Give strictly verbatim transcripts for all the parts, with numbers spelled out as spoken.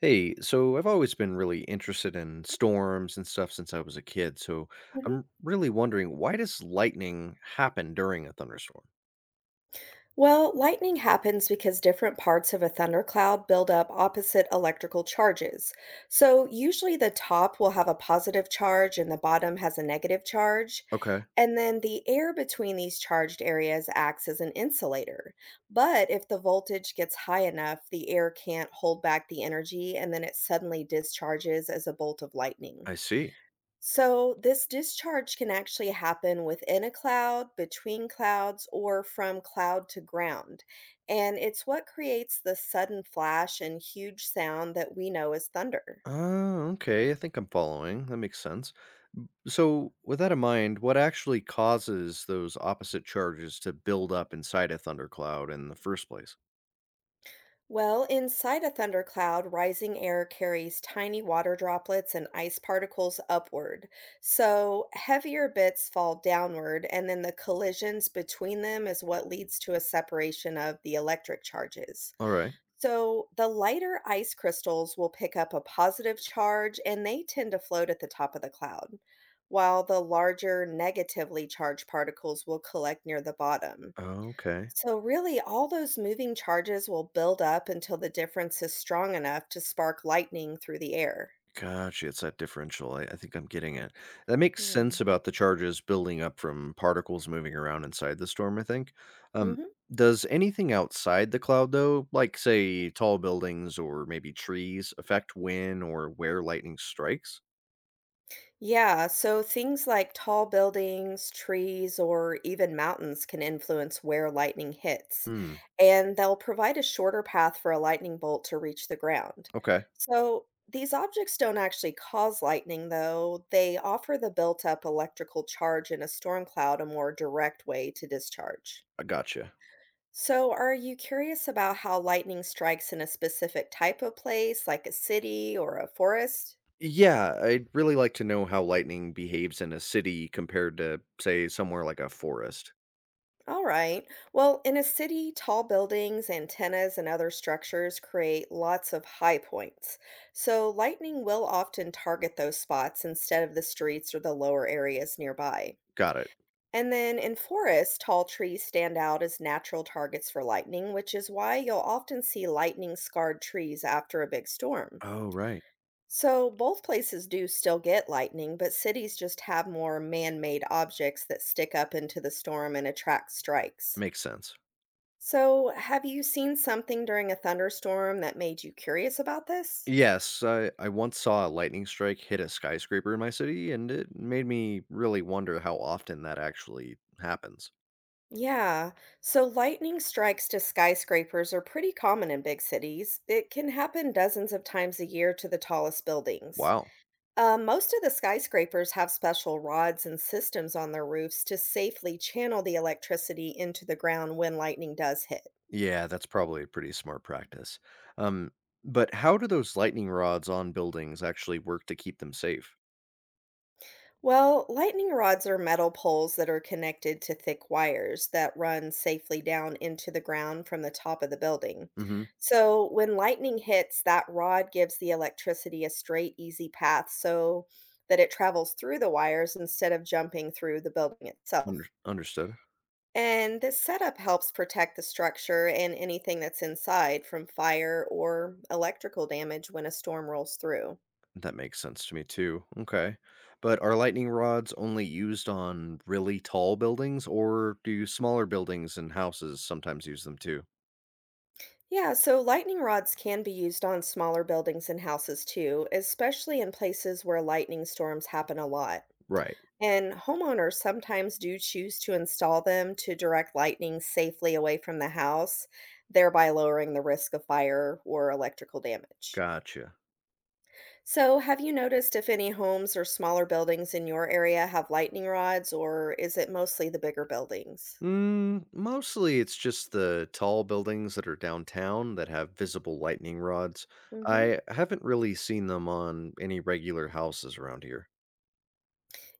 Hey, so I've always been really interested in storms and stuff since I was a kid. So Mhm. I'm really wondering, why does lightning happen during a thunderstorm? Well, lightning happens because different parts of a thundercloud build up opposite electrical charges. So, usually the top will have a positive charge and the bottom has a negative charge. Okay, And then the air between these charged areas acts as an insulator. But if the voltage gets high enough, the air can't hold back the energy and then it suddenly discharges as a bolt of lightning. I see. So, this discharge can actually happen within a cloud, between clouds, or from cloud to ground. And it's what creates the sudden flash and huge sound that we know as thunder. Oh, okay. I think I'm following. That makes sense. So, with that in mind, what actually causes those opposite charges to build up inside a thundercloud in the first place? Well, inside a thundercloud, rising air carries tiny water droplets and ice particles upward. So, heavier bits fall downward, and then the collisions between them is what leads to a separation of the electric charges. All right. So, the lighter ice crystals will pick up a positive charge and they tend to float at the top of the cloud, while the larger negatively charged particles will collect near the bottom. Okay. So, really, all those moving charges will build up until the difference is strong enough to spark lightning through the air. Gotcha, it's that differential, I I think I'm getting it. That makes Yeah. sense about the charges building up from particles moving around inside the storm, I think. Um, Mhm. does anything outside the cloud, though, like, say, tall buildings or maybe trees, affect when or where lightning strikes? Yeah, so things like tall buildings, trees, or even mountains can influence where lightning hits, Hmm, and they'll provide a shorter path for a lightning bolt to reach the ground. okay, So these objects don't actually cause lightning, though. They offer the built-up electrical charge in a storm cloud a more direct way to discharge. I gotcha. So, are you curious about how lightning strikes in a specific type of place, like a city or a forest? Yeah, I'd really like to know how lightning behaves in a city compared to, say, somewhere like a forest. All right. Well, in a city, tall buildings, antennas, and other structures create lots of high points. So lightning will often target those spots instead of the streets or the lower areas nearby. Got it. And then in forests, tall trees stand out as natural targets for lightning, which is why you'll often see lightning scarred trees after a big storm. Oh, right. So both places do still get lightning, but cities just have more man made objects that stick up into the storm and attract strikes. Makes sense. So, have you seen something during a thunderstorm that made you curious about this? Yes, I, I once saw a lightning strike hit a skyscraper in my city, and it made me really wonder how often that actually happens. Yeah, so lightning strikes to skyscrapers are pretty common in big cities. It can happen dozens of times a year to the tallest buildings. Wow. Uh, most of the skyscrapers have special rods and systems on their roofs to safely channel the electricity into the ground when lightning does hit. Yeah, that's probably a pretty smart practice. Um, but how do those lightning rods on buildings actually work to keep them safe? Well, lightning rods are metal poles that are connected to thick wires that run safely down into the ground from the top of the building. Mm-hmm. So when lightning hits, that rod gives the electricity a straight, easy path so that it travels through the wires instead of jumping through the building itself. Under- understood. And this setup helps protect the structure and anything that's inside from fire or electrical damage when a storm rolls through. That makes sense to me too. Okay. But are lightning rods only used on really tall buildings, or do smaller buildings and houses sometimes use them too? Yeah, so lightning rods can be used on smaller buildings and houses too, especially in places where lightning storms happen a lot. Right. And homeowners sometimes do choose to install them to direct lightning safely away from the house, thereby lowering the risk of fire or electrical damage. Gotcha. So, have you noticed if any homes or smaller buildings in your area have lightning rods, or is it mostly the bigger buildings? Mm, mostly it's just the tall buildings that are downtown that have visible lightning rods. Hmm. I haven't really seen them on any regular houses around here.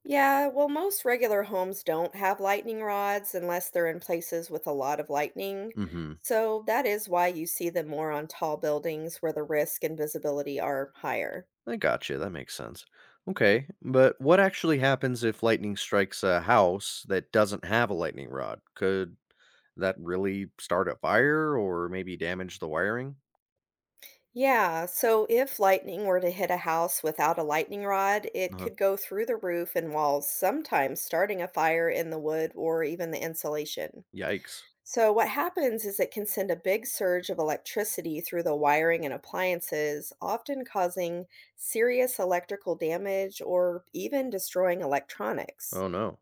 Yeah, well, most regular homes don't have lightning rods unless they're in places with a lot of lightning. Mm-hmm. So that is why you see them more on tall buildings where the risk and visibility are higher. I gotcha. That makes sense. Okay, but what actually happens if lightning strikes a house that doesn't have a lightning rod? Could that really start a fire or maybe damage the wiring? Yeah, so if lightning were to hit a house without a lightning rod, it Uh-huh. could go through the roof and walls, sometimes starting a fire in the wood or even the insulation. Yikes. So, what happens is it can send a big surge of electricity through the wiring and appliances, often causing serious electrical damage or even destroying electronics. Oh no.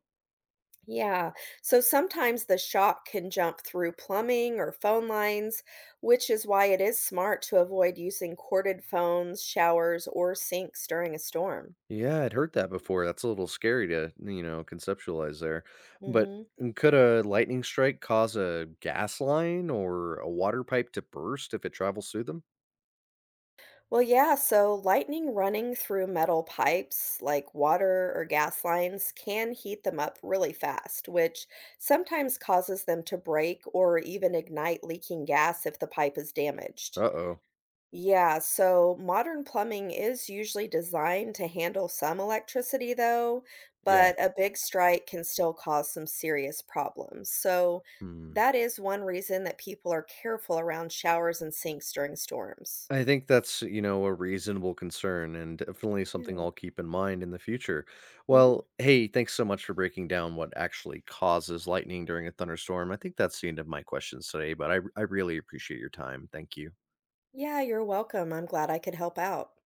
Yeah, so sometimes the shock can jump through plumbing or phone lines, which is why it is smart to avoid using corded phones, showers, or sinks during a storm. Yeah, I'd heard that before. That's a little scary to, you know, conceptualize there. But Hmm. mm, could a lightning strike cause a gas line or a water pipe to burst if it travels through them? Well, yeah, so lightning running through metal pipes like water or gas lines can heat them up really fast, which sometimes causes them to break or even ignite leaking gas if the pipe is damaged. Uh-oh. Yeah, so modern plumbing is usually designed to handle some electricity, though, Yeah. but a big strike can still cause some serious problems. So Hmm. that is one reason that people are careful around showers and sinks during storms. I think that's, you know, a reasonable concern and definitely something Yeah. I'll keep in mind in the future. Hmm. Well, hey, thanks so much for breaking down what actually causes lightning during a thunderstorm. I think that's the end of my questions today, but I I really appreciate your time. Thank you. Yeah, you're welcome. I'm glad I could help out.